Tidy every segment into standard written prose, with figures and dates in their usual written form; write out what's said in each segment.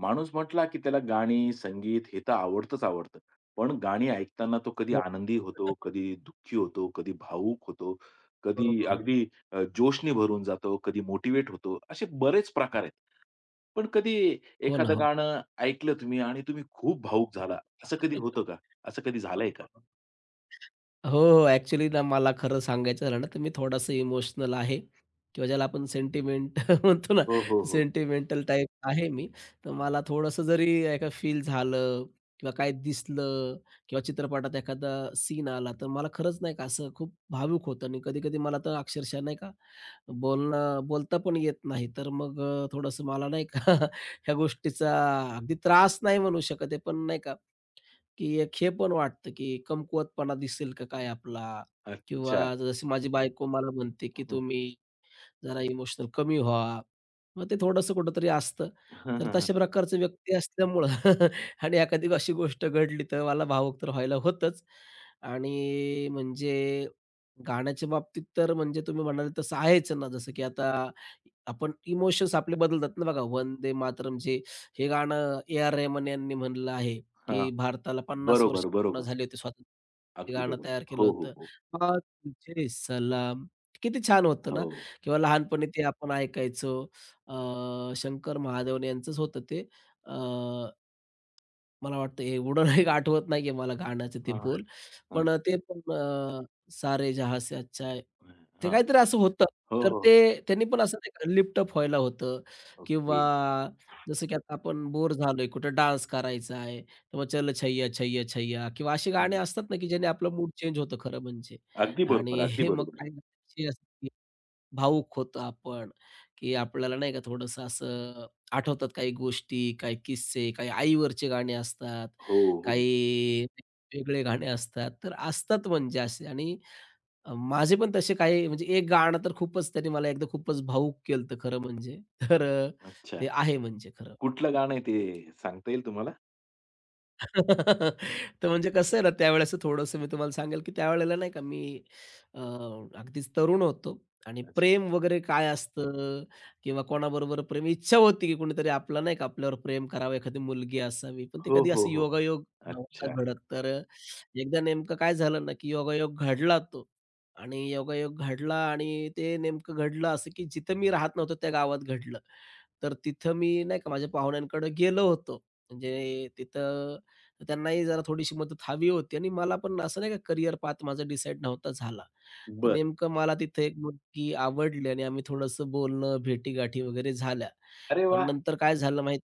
माणूस म्हटला, की त्याला गाणी, संगीत हे तर आवडतंच आवडतं. पण गाणी ऐकताना तो कधी हो. आनंदी होतो, कधी दुःखी होतो, कधी भावूक होतो, हो, कधी हो. अगदी जोशने भरून जातो, कधी मोटिव्हेट होतो. असे बरेच हो प्रकार आहेत. पण कधी हो ना, एखादं हो. गाणं ऐकलं तुम्ही आणि तुम्ही खूप भावूक झाला, असं कधी होतं का? हो, असं कधी झालंय का? हो. हो. हो, हो. ॲक्चुअली ना मला खरं सांगायचं झालं ना, तर मी थोडासा इमोशनल आहे किंवा ज्याला आपण सेंटिमेंट म्हणतो ना, हो, हो, हो. सेंटिमेंटल टाइप आहे मी. तर मला थोडंसं जरी एका फील झालं किंवा काय दिसलं किंवा चित्रपटात एखादा सीन आला, तर मला खरंच नाही का असं खूप भावूक होतं आणि कधी-कधी मला तर अक्षरशः नाही का बोलणं बोलता पण येत नाही. तर मग थोडंसं मला नाही का ह्या गोष्टीचा अगदी त्रास नाही म्हणू शकत आहे, पण नाही का की एक हे पण वाटतं, की कमकुवतपणा दिसेल का काय आपला? अच्छा. किंवा जशी माझी बायको मला म्हणते, की हं. तुम्ही जरा इमोशनल कमी व्हा. मग ते थोडंसं कुठेतरी असतं. हं, तर हं, तशा हं. प्रकारचे व्यक्ती असल्यामुळं आणि एखादी अशी गोष्ट घडली तर मला भावुक तर व्हायला होतंच. आणि म्हणजे गाण्याच्या बाबतीत तर म्हणजे तुम्ही म्हणाले तसं आहेच ना, जसं की आता आपण इमोशन्स आपले बदलतात ना बघा. वंदे मातरम जे हे गाणं ए. आर. रेहमान यांनी म्हणलं आहे, हां. की भारताला 50 वर्ष बरोबर, पूर्ण बरोबर. झाली होते स्वातंत्र्य. हे अगदी गाणं बरोबर. तयार केलं हो, हो, होतं. हो. हां, तुझे सलाम. किती छान होतं हो. ना किंवा लहानपणी ते आपण ऐकायचो. अ, शंकर महादेवन यांचंच होतं ते. मला वाटतं एवढं नाही आठवत नाहीये मला गाण्याचे ते हां, बोल. हां. पण ते पण सारे जहाँ से अच्छा है. ते हां. काहीतरी असं होतं. हो, तर हो. ते त्यांनी पण असं ते लिफ्ट अप व्हायला होतं किंवा ओके. जसं की आता आपण बोर झालोय, कुठं डान्स करायचा आहे, तर चल छैया छैया छैया किंवा अशी गाणी असतात ना, की ज्याने आपला मूड चेंज होतो खरं म्हणजे अगदी बरोबर, आणि अगदी हे मग बरोबर. काय भावुक होतो आपण, की आपल्याला नाही का थोडंसं असं आठवतात काही गोष्टी, काही किस्से, काही आईवरचे गाणे असतात, हो, हो. काही वेगळे गाणे असतात. तर असतात म्हणजे असे आणि माझे पण तसे काही म्हणजे एक गाणं तर खूपच त्याने मला एकदा खूपच भावूक केलं होतं खरं म्हणजे. तर अच्छा. ते आहे म्हणजे खरं. कुठलं गाणं आहे ते सांगता येईल तुम्हाला? तर म्हणजे कसं आहे ना, त्यावेळेस थोडंसं मी तुम्हाला सांगेल, की त्यावेळेला नाही का मी अ, अगदीच तरुण होतो आणि अच्छा. प्रेम वगैरे काय असतं किंवा कोणाबरोबर प्रेम इच्छा होती, की कोणीतरी आपला नाही का आपल्यावर प्रेम करावं, एखादी मुलगी असावी. पण ते हो, कधी हो, असं हो. योगायोग नव्हता अच्छा. घडत. तर एकदा नेमकं काय झालं ना, की योगायोग घडला तो आणि योगायोग घडला आणि ते नेमकं घडलं असं, की जिथं मी राहत नव्हतो त्या गावात घडलं. तर तिथं मी नाही का माझ्या पाहुण्यांकडे गेलो होतो. म्हणजे तिथं तर त्यांनाही जरा थोडीशी मदत हवी होती आणि मला पण असं नाही का करियर पाथ माझा डिसाईड नव्हता झाला. तर बरं. नेमकं मला तिथे एक मुलगी आवडली आणि आम्ही थोडंसं बोलणं, भेटीगाठी वगैरे झाल्या. अरे पण वाह! नंतर काय झालं माहीत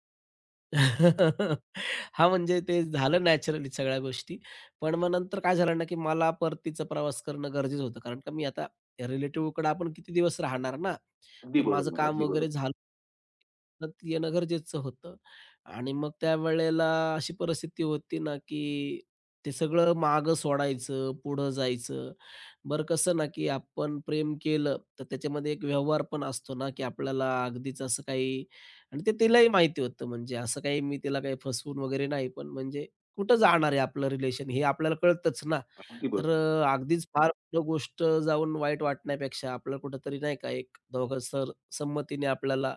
हां, म्हणजे ते झालं नॅचरली सगळ्या गोष्टी. पण मग नंतर काय झालं ना, की मला परतीचा प्रवास करणं गरजेचं होतं. कारण का मी आता रिलेटिव्हकडे आपण किती दिवस राहणार ना. अगदी तर माझं बरोबर, काम अगदी वगैरे बरोबर. झालं. परत येणं गरजेचं होतं. आणि मग त्यावेळेला अशी परिस्थिती होती ना, की ते सगळं मागं सोडायचं, पुढं जायचं. बरं कसं ना, की आपण प्रेम केलं, तर त्याच्यामध्ये एक व्यवहार पण असतो ना, की आपल्याला अगदीच असं काही आणि ते तिलाही माहिती होतं. म्हणजे असं काही मी तिला काही फसवून वगैरे नाही, पण म्हणजे कुठं जाणार आहे आपलं रिलेशन हे आपल्याला कळतंच ना. अगदी तर बरोबर. अगदीच फार कुठं गोष्ट जाऊन वाईट वाटण्यापेक्षा आपल्याला कुठेतरी नाही का एक दोघं सर संमतीने आपल्याला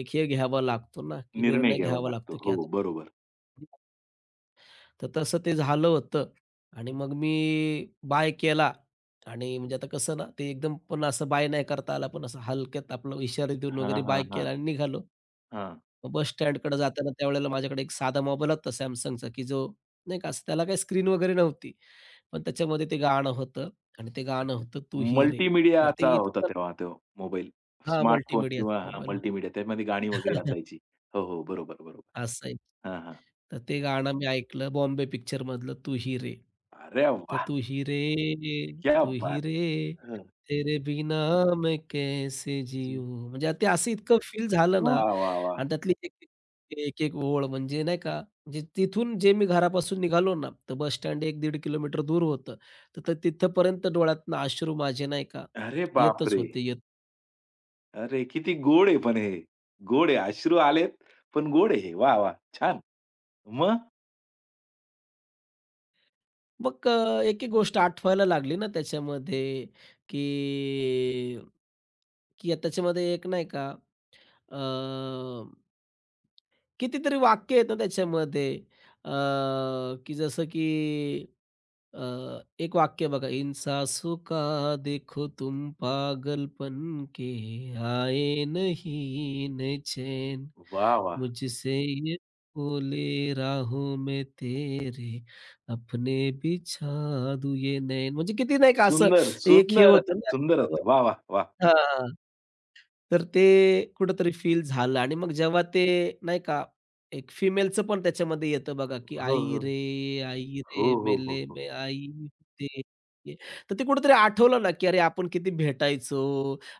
एक हे घ्यावा लागतो ना, की निर्णय निर्णय घ्यावा घ्यावा लागतो. लागतो, की हो, आता बरोबर. तर तसं ते झालं होतं आणि मग मी बाय केला आणि म्हणजे आता कसं ना, ते एकदम पण असं बाय नाही करता आला, पण असं हलक्यात आपलं इशारे देऊन हां, वगैरे हां, बाय हां. केला आणि निघालो. हां. मग बस स्टँडकडे जाताना त्यावेळेला माझ्याकडे एक साधा मोबाईल होता Samsungचा, की जो नाही का, असं त्याला काही स्क्रीन वगैरे नव्हती. पण त्याच्यामध्ये ते गाणं होतं आणि ते गाणं अच्छा. होतं तू ही रे. तर ते मल्टीमीडियाचा होता इतकं तेव्हा तो मोबाईल. हां, स्मार्टफोन किंवा मल्टीमीडियाचा हां, मोबाईल होता. मल्टीमीडिया त्यामध्ये गाणी वगैरे असायची. हो, हो. बरोबर, बरोबर. असं आहे. हां, हां. तर ते गाणं मी ऐकलं बॉम्बे पिक्चरमधलं तू ही रे. अरे तर वाह! तू ही रे, क्या तू ही बात है! रे, हं. तेरे बिना मैं कैसे जिऊ म्हणजे ते असं इतकं फील झालं ना वाह, वाह, वाह! आणि त्यातली एक-एक, एक-एक ओळ म्हणजे नाही का, म्हणजे तिथून जे मी घरापासून निघालो ना, तर बस स्टँड 1-1.5 किलोमीटर दूर होतं. तर तर तिथपर्यंत डोळ्यातनं अश्रू माझे नाही का अरे येतच बापरे! होते, अरे, किती गोड आहे पण हे. गोड आहे. अश्रू आलेत, पण गोड आहे हे. वाह! वाह! छान. मग? मग एक-एक गोष्ट आठवायला लागली ना त्याच्यामध्ये, की की त्याच्यामध्ये एक नाही का अ, कितीतरी वाक्य आहेत ना त्याच्यामध्ये की जसं की एक वाक्य बघा, "इन सासों का देखो तुम पागलपन के, आए नहीं न चैन, वाह! वाह! मुझसे ये बोले राहों में तेरे, अपने बिछा दूँ ये नैन." म्हणजे किती नाही का असं सुंदर, ते एक हे सुंदर, होतं ना. सुंदरच. वाह! वाह! वाह! हां. तर ते कुठेतरी फील झालं आणि मग जेव्हा ते नाही का, एक फिमेलचं पण त्याच्यामध्ये येतं बघा, की हो, "आई हो. रे, आई हो, रे, हो, हो, मेले हो. में आई होते." तर ते कुठेतरी आठवलं ना, की अरे आपण किती भेटायचो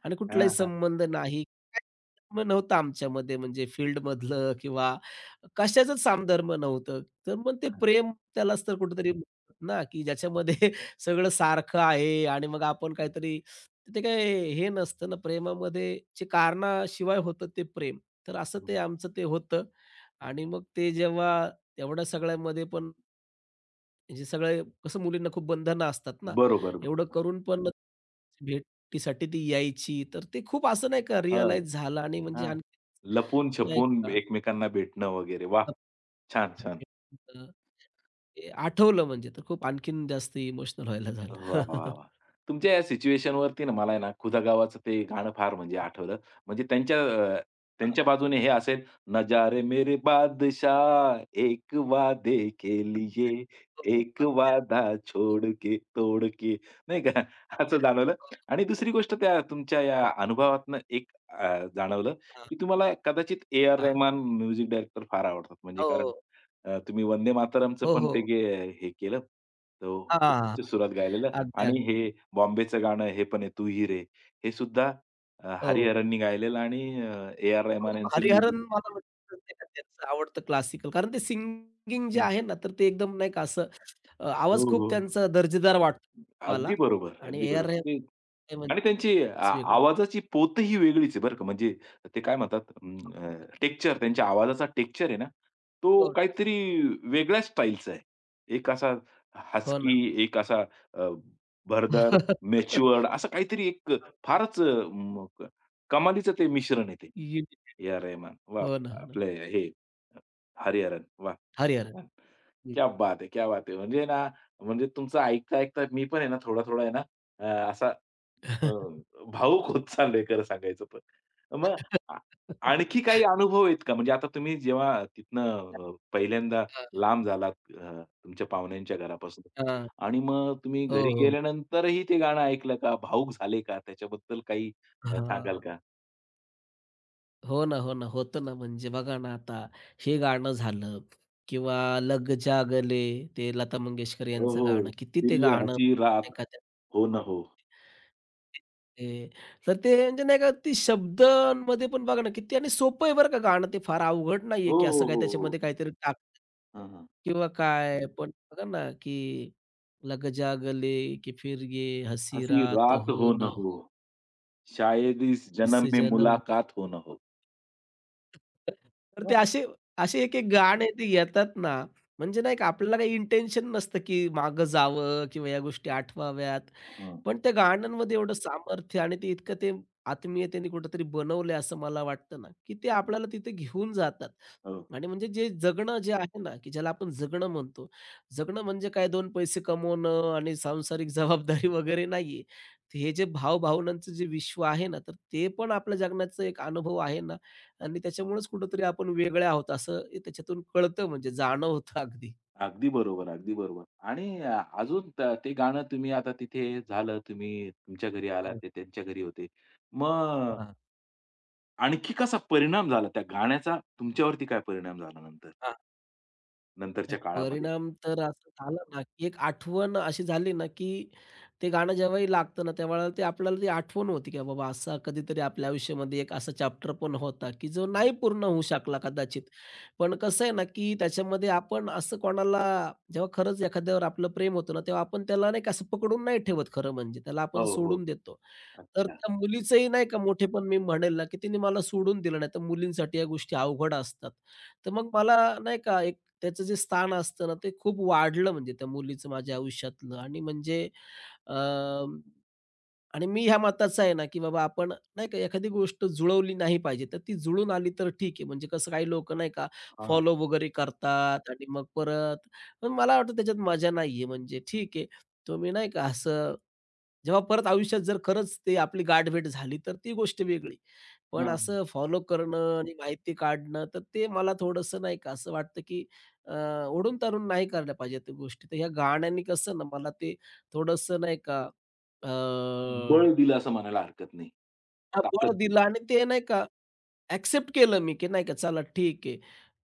आणि कुठलाही हां, हां, संबंध नाही. काही धर्म नव्हता आमच्यामध्ये म्हणजे फील्डमधलं किंवा कशाचंच सामधर्म नव्हतं. तर मग ते हां. प्रेम त्यालाच तर कुठेतरी म्हणतात ना, की ज्याच्यामध्ये सगळं सारखं आहे आणि मग आपण काहीतरी तर ते काय हे नसतं ना, प्रेमामध्ये जे कारणाशिवाय होतं ते प्रेम. तर असं ते आमचं ते होतं आणि मग ते जेव्हा एवढ्या सगळ्यामध्ये पण जे सगळे कसं मुलींना खूप बंधनं असतात ना, बरोबर, एवढं बरोबर. करून पण भेटीसाठी ती यायची. तर ते खूप असं नाही का हां, रिअलाईज झालं आणि म्हणजे हां. आणखी नाही लपून-छपून का एकमेकांना भेटणं वगैरे. वाह! अं, छान, छान. ते आठवलं म्हणजे तर खूप आणखीन जास्त इमोशनल व्हायला झालं. वाह, वाह, वाह! तुमच्या या सिच्युएशनवरती ना मला आहे ना "खुदा गावाचं" ते गाणं फार म्हणजे आठवलं. म्हणजे त्यांच्या अ, हां. त्यांच्या बाजूने हे असेल "नजारे मेरे बादशाह एक वादे के लिए, एक वादा छोड़ के तोड़ के." नाही का? असं जाणवलं. हो, आणि दुसरी गोष्ट त्या तुमच्या या हो. अनुभवातनं एक जाणवलं, हां. की तुम्हाला कदाचित ए. आर. हां. रहमान म्युझिक डायरेक्टर फार आवडतात. म्हणजे कारण हो. तुम्ही वंदे मातरमचं हो, पण हो. ते गे हे केलं. तो हां. ची सुरात गायलेलं अगदी, आणि अगदी. हे बॉम्बेचं गाणं हे पण आहे तू ही रे, हे सुद्धा हो. हरिहरांनी गायलेलं आणि ए आर हो, रहमान यांचं हरिहरन म्युझिक मला वाटतं नाही का त्यांचं आवडतं क्लासिकल कारण ते सिंगिंग जे आहे. हं. आहे ना, तर ते एकदम नाही का असं हो, आवाज खूप हो. त्यांचा दर्जेदार वाटतो अगदी मला बरोबर, आणि अगदी ए आर बरोबर. रेह ते ते आणि म्हणजे त्यांची आ च वेगळी. आवाजाची पोतही वेगळीच आहे बरं का. म्हणजे ते काय म्हणतात त्यांच्या आवाजाचा टेक्स्चर आहे ना, तो हो. काहीतरी वेगळ्याच स्टाईलचा आहे. एक असा हो ना. हस्की, एक असा अ, भरदार, मॅच्युअर्ड असं काहीतरी एक फारच म क- कमालीचं ते मिश्रण आहे ते. युनिक. A R Rahman. वाह! हो ना, हो ना. आपले हे हरिहरन. वाह! हरिहरन. हं. क्या बात है! क्या बात है! म्हणजे ना, म्हणजे तुमचं ऐकता-ऐकता मी पण आहे ना थोडा-थोडा आहे ना अ, असा भावूक होत चाललोय खरं सांगायचं तर. मग आ आणखी काही अनुभव आहेत का? म्हणजे आता तुम्ही जेव्हा तिथनं पहिल्यांदा हां, लांब झालात तुमच्या पाहुण्यांच्या घरापासून हां. आणि मग तुम्ही हो, घरी हो. गेल्यानंतरही ते गाणं ऐकलं का? भावूक झाले का? त्याच्याबद्दल काही सांगाल हां. का? हो ना, हो ना. होतं ना, म्हणजे बघा ना आता हे गाणं झालं किंवा लग जा गले ते लता मंगेशकर हो, यांचं हो. गाणं. किती फिर ते गाणं हसी रात नाही का ते हो ना हो. ते तर ते म्हणजे नाही का ते शब्दांमध्ये पण बघा ना किती आणि सोपं आहे बरं का गाणं ते फार अवघड नाहीये, हो, की हो, असं काही हो, हो. त्याच्यामध्ये काहीतरी टाक हां, हां. किंवा काय. पण बघा ना, की लग जा गले कि फिर ये हसी हसी रात रात हो हो ना ना हो. हो शायद इस इस जन्म में जन्म मुलाकात हो ना हो. तर हां, ते हां, असे असे एक एक गाणे ते येतात ना, म्हणजे नाही का आपल्याला काही इंटेन्शन नसतं, की मागं जावं किंवा या गोष्टी आठवाव्यात. पण त्या गाण्यांमध्ये एवढं सामर्थ्य आणि ते इतकं ते आत्मीयतेने कुठेतरी बनवलंय असं मला वाटतं ना, की ते आपल्याला तिथे घेऊन जातात. हो. आणि म्हणजे जे जगणं जे आहे ना, की ज्याला आपण जगणं म्हणतो. जगणं म्हणजे काय 2 पैसे कमवणं आणि सांसारिक जबाबदारी वगैरे नाहीये. तर हे जे भाव-भावनांचं जे विश्व आहे ना, तर ते पण आपल्या जगण्याचा एक अनुभव आहे ना आणि त्याच्यामुळेच कुठेतरी आपण वेगळे आहोत असं त्याच्यातून कळतं म्हणजे जाणवतं अगदी. अगदी बरोबर, अगदी बरोबर. आणि अजून त ते गाणं तुम्ही आता तिथे झालं, तुम्ही तुमच्या घरी आलात, हां, ते त्यांच्या घरी होते. मग हां. आणखी कसा परिणाम झाला त्या गाण्याचा तुमच्यावरती काय परिणाम झाला नंतर, नंतरच्या नाही, काळामध्ये? परिणाम तर असं झाला ना, की एक आठवण अशी झाली ना, की ते गाणं जेव्हाही लागतं ना, त्यावेळेला ते आपल्याला ती आठवण होती, की बाबा असा कधीतरी आपल्या आयुष्यामध्ये एक असा चॅप्टर पण होता, की जो हं. नाही पूर्ण होऊ शकला कदाचित. पण कसं आहे ना, की त्याच्यामध्ये आपण असं कोणाला जेव्हा खरंच एखाद्यावर आपलं प्रेम होतं ना, तेव्हा आपण त्याला नाही का असं पकडून नाही ठेवत खरं म्हणजे, त्याला आपण हो, हो, सोडून हो. देतो. तर अच्छा. त्या मुलीचंही नाही का मोठेपण मी म्हणेल ना, की तिने मला सोडून दिलं. नाहीतर मुलींसाठी या गोष्टी अवघड असतात. तर मग मला नाही का एक त्याचं जे स्थान असतं ना, ते खूप वाढलं म्हणजे त्या मुलीचं माझ्या आयुष्यातलं आणि म्हणजे अ, आणि मी ह्या मताचा आहे ना, की बाबा आपण नाही का एखादी गोष्ट जुळवली नाही पाहिजे. तर ती जुळून आली तर ठीक आहे. म्हणजे कसं काही लोक नाही का हां. फॉलो वगैरे करतात आणि मग परत पण मला वाटतं त्याच्यात मजा नाहीये. म्हणजे ठीक आहे, तुम्ही नाही का असं जेव्हा परत आयुष्यात जर खरंच ते आपली गाठभेट झाली, तर ती गोष्ट वेगळी. हां, पण हां. असं फॉलो करणं आणि माहिती काढणं, तर ते मला थोडंसं नाही का असं वाटतं, की अ, ओढून-ताणून नाही करायला पाहिजे त्या गोष्टी. तर ह्या गाण्याने कसं ना मला ते थोडंसं नाही का अ, बळ दिलं असं म्हणायला हरकत नाही. हां, ताकद बळ दिली. दिलं आणि ते नाही का ॲक्सेप्ट केलं मी, की नाही का चला ठीक आहे,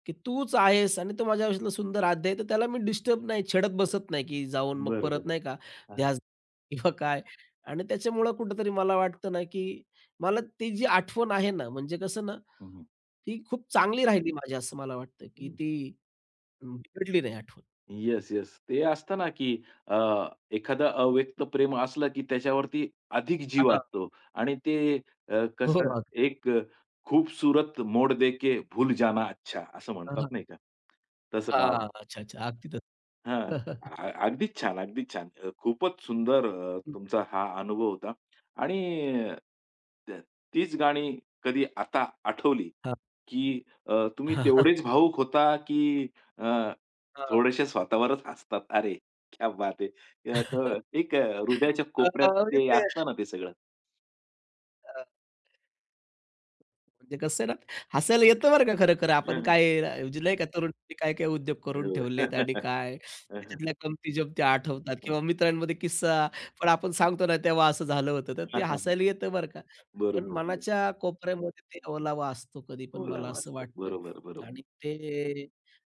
की तूच आहेस आणि तू माझ्या आयुष्यातला सुंदर अध्याय आहे. तर त्याला मी डिस्टर्ब नाही, छेडत बसत नाही, की जाऊन मग बरं, परत बरं. नाही का हां, हां. ध्यास किंवा काय. आणि त्याच्यामुळं कुठेतरी मला वाटतं ना, की मला ती जी आठवण आहे ना, म्हणजे कसं ना, हं, ती खूप चांगली राहिली माझी असं मला वाटतं, की हं. ती बिघडली नाही आठवण. Yes, yes. ते असतं ना, की अ, एखादं अव्यक्त प्रेम असलं, की त्याच्यावरती अधिक जीव हां. असतो आणि ते हो, हो. कसं अगदी. एक खूबसूरत मोड देके भूल जाना अच्छा असं हां, म्हणतात हां. नाही का? तसं भाव अच्छा, अच्छा. अगदी तसं. हां. अ अगदीच छान, अगदीच छान. खूपच सुंदर हं. तुमचा हा अनुभव होता आणि अ, त तीच गाणी कधी आता आठवली, हां. की तुम्ही तेवढेच भावुक होता, की अ, हां. थोडेसे स्वतःवरच हसतात? अरे क्या बात है! तर एक हृदयाच्या कोपऱ्यात म्हणजे ते ते असतं ना ते सगळं. म्हणजे कसं आहे ना, हसायला येतं बरं का खरं-खरं. आपण हं, हं. काय म्हणजे नाही का तरुणांनी काय-काय उद्योग करून ठेवलेत आणि काय त्याच्यातल्या गमती-जमत्या आठवतात किंवा मित्रांमध्ये किस्सा पण आपण सांगतो ना, तेव्हा असं झालं होतं. तर ते हसायला येतं बरं का. पण बरोबर. मनाच्या कोपऱ्यामध्ये ते ओलावा असतो कधी पण मला ओलावा असं असतो. वाटतं बरोबर, बरोबर. आणि ते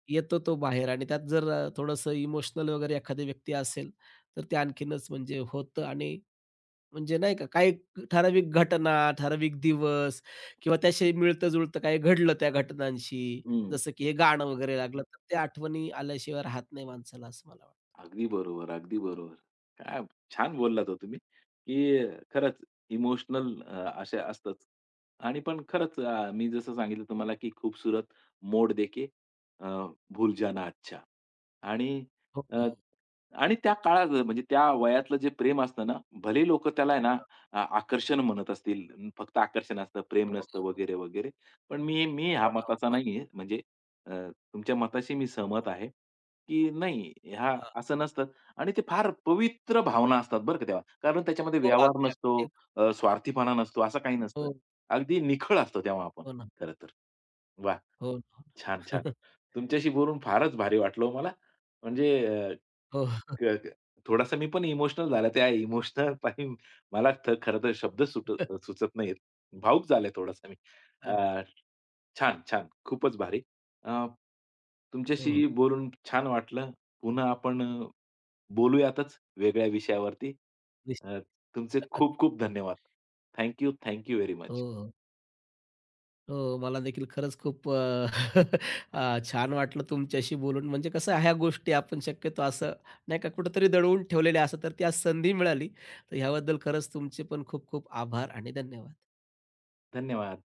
येतो तो बाहेर आणि त्यात जर थोडंसं इमोशनल वगैरे एखादी व्यक्ती असेल, तर ते आणखीनच म्हणजे होतं आणि म्हणजे नाही का, काही ठराविक घटना, ठराविक दिवस किंवा त्याशी मिळतं-जुळतं काही घडलं त्या घटनांशी, हं. जसं की हे गाणं वगैरे लागलं, तर त्या आठवणी आल्याशिवाय राहत नाही माणसाला, असं मला वाटतं. अगदी बरोबर, अगदी बरोबर. काय छान बोललात हो तुम्ही, की खरंच इमोशनल असे असतच आणि पण खरंच मी जसं सांगितलं तुम्हाला, की खूबसूरत मोड देके अ, भूल जाना अच्छा आणि हो, अ, हो. आणि त्या काळात म्हणजे त्या वयातलं जे प्रेम असतं ना, भले लोकं त्याला आहे ना आ आकर्षण म्हणत असतील, फक्त आकर्षण असतं, प्रेम हो, नसतं हो, हो. वगैरे, वगैरे. पण मी मी ह्या हो ना, हो मताचा ना. नाहीये. म्हणजे अ, तुमच्या मताशी मी सहमत आहे. की नाही, हां, हां. असं नसतं आणि ते फार पवित्र भावना असतात बरं का तेव्हा. कारण त्याच्यामध्ये हो, व्यवहार अगदी, नसतो, अगदी. स्वार्थीपणा नसतो, असं काही नसतं. हो, अगदी निखळ असतो तेव्हा आपण हो ना. खरं तर. वाह! हो, ना, छान, हो छान. ना. तुमच्याशी बोलून फारच भारी वाटलं हो मला. म्हणजे हो. क क थोडासा मी पण इमोशनल झाला. त्या इमोशनल पायी मला खरं तर शब्द सुटत सुचत नाहीयेत. भावूक झालोय थोडासा मी. अ, हां. छान, छान. खूपच भारी. अ, हो, तुमच्याशी बोलून छान वाटलं. पुन्हा आपण बोलूयातच वेगळ्या विषयावरती. निश्चित. अ, तुमचे खूप खूप धन्यवाद. थँक यू, व्हेरी हो, मच. हो. हो, मला देखील खरंच खूप छान वाटलं तुमच्याशी बोलून. म्हणजे कसं आहे, ह्या गोष्टी आपण शक्यतो असं नाही का कुठेतरी दडवून ठेवलेल्या असतात, तर ती आज संधी मिळाली. तर ह्याबद्दल खरंच तुमचे पण खूप खूप आभार आणि धन्यवाद. धन्यवाद.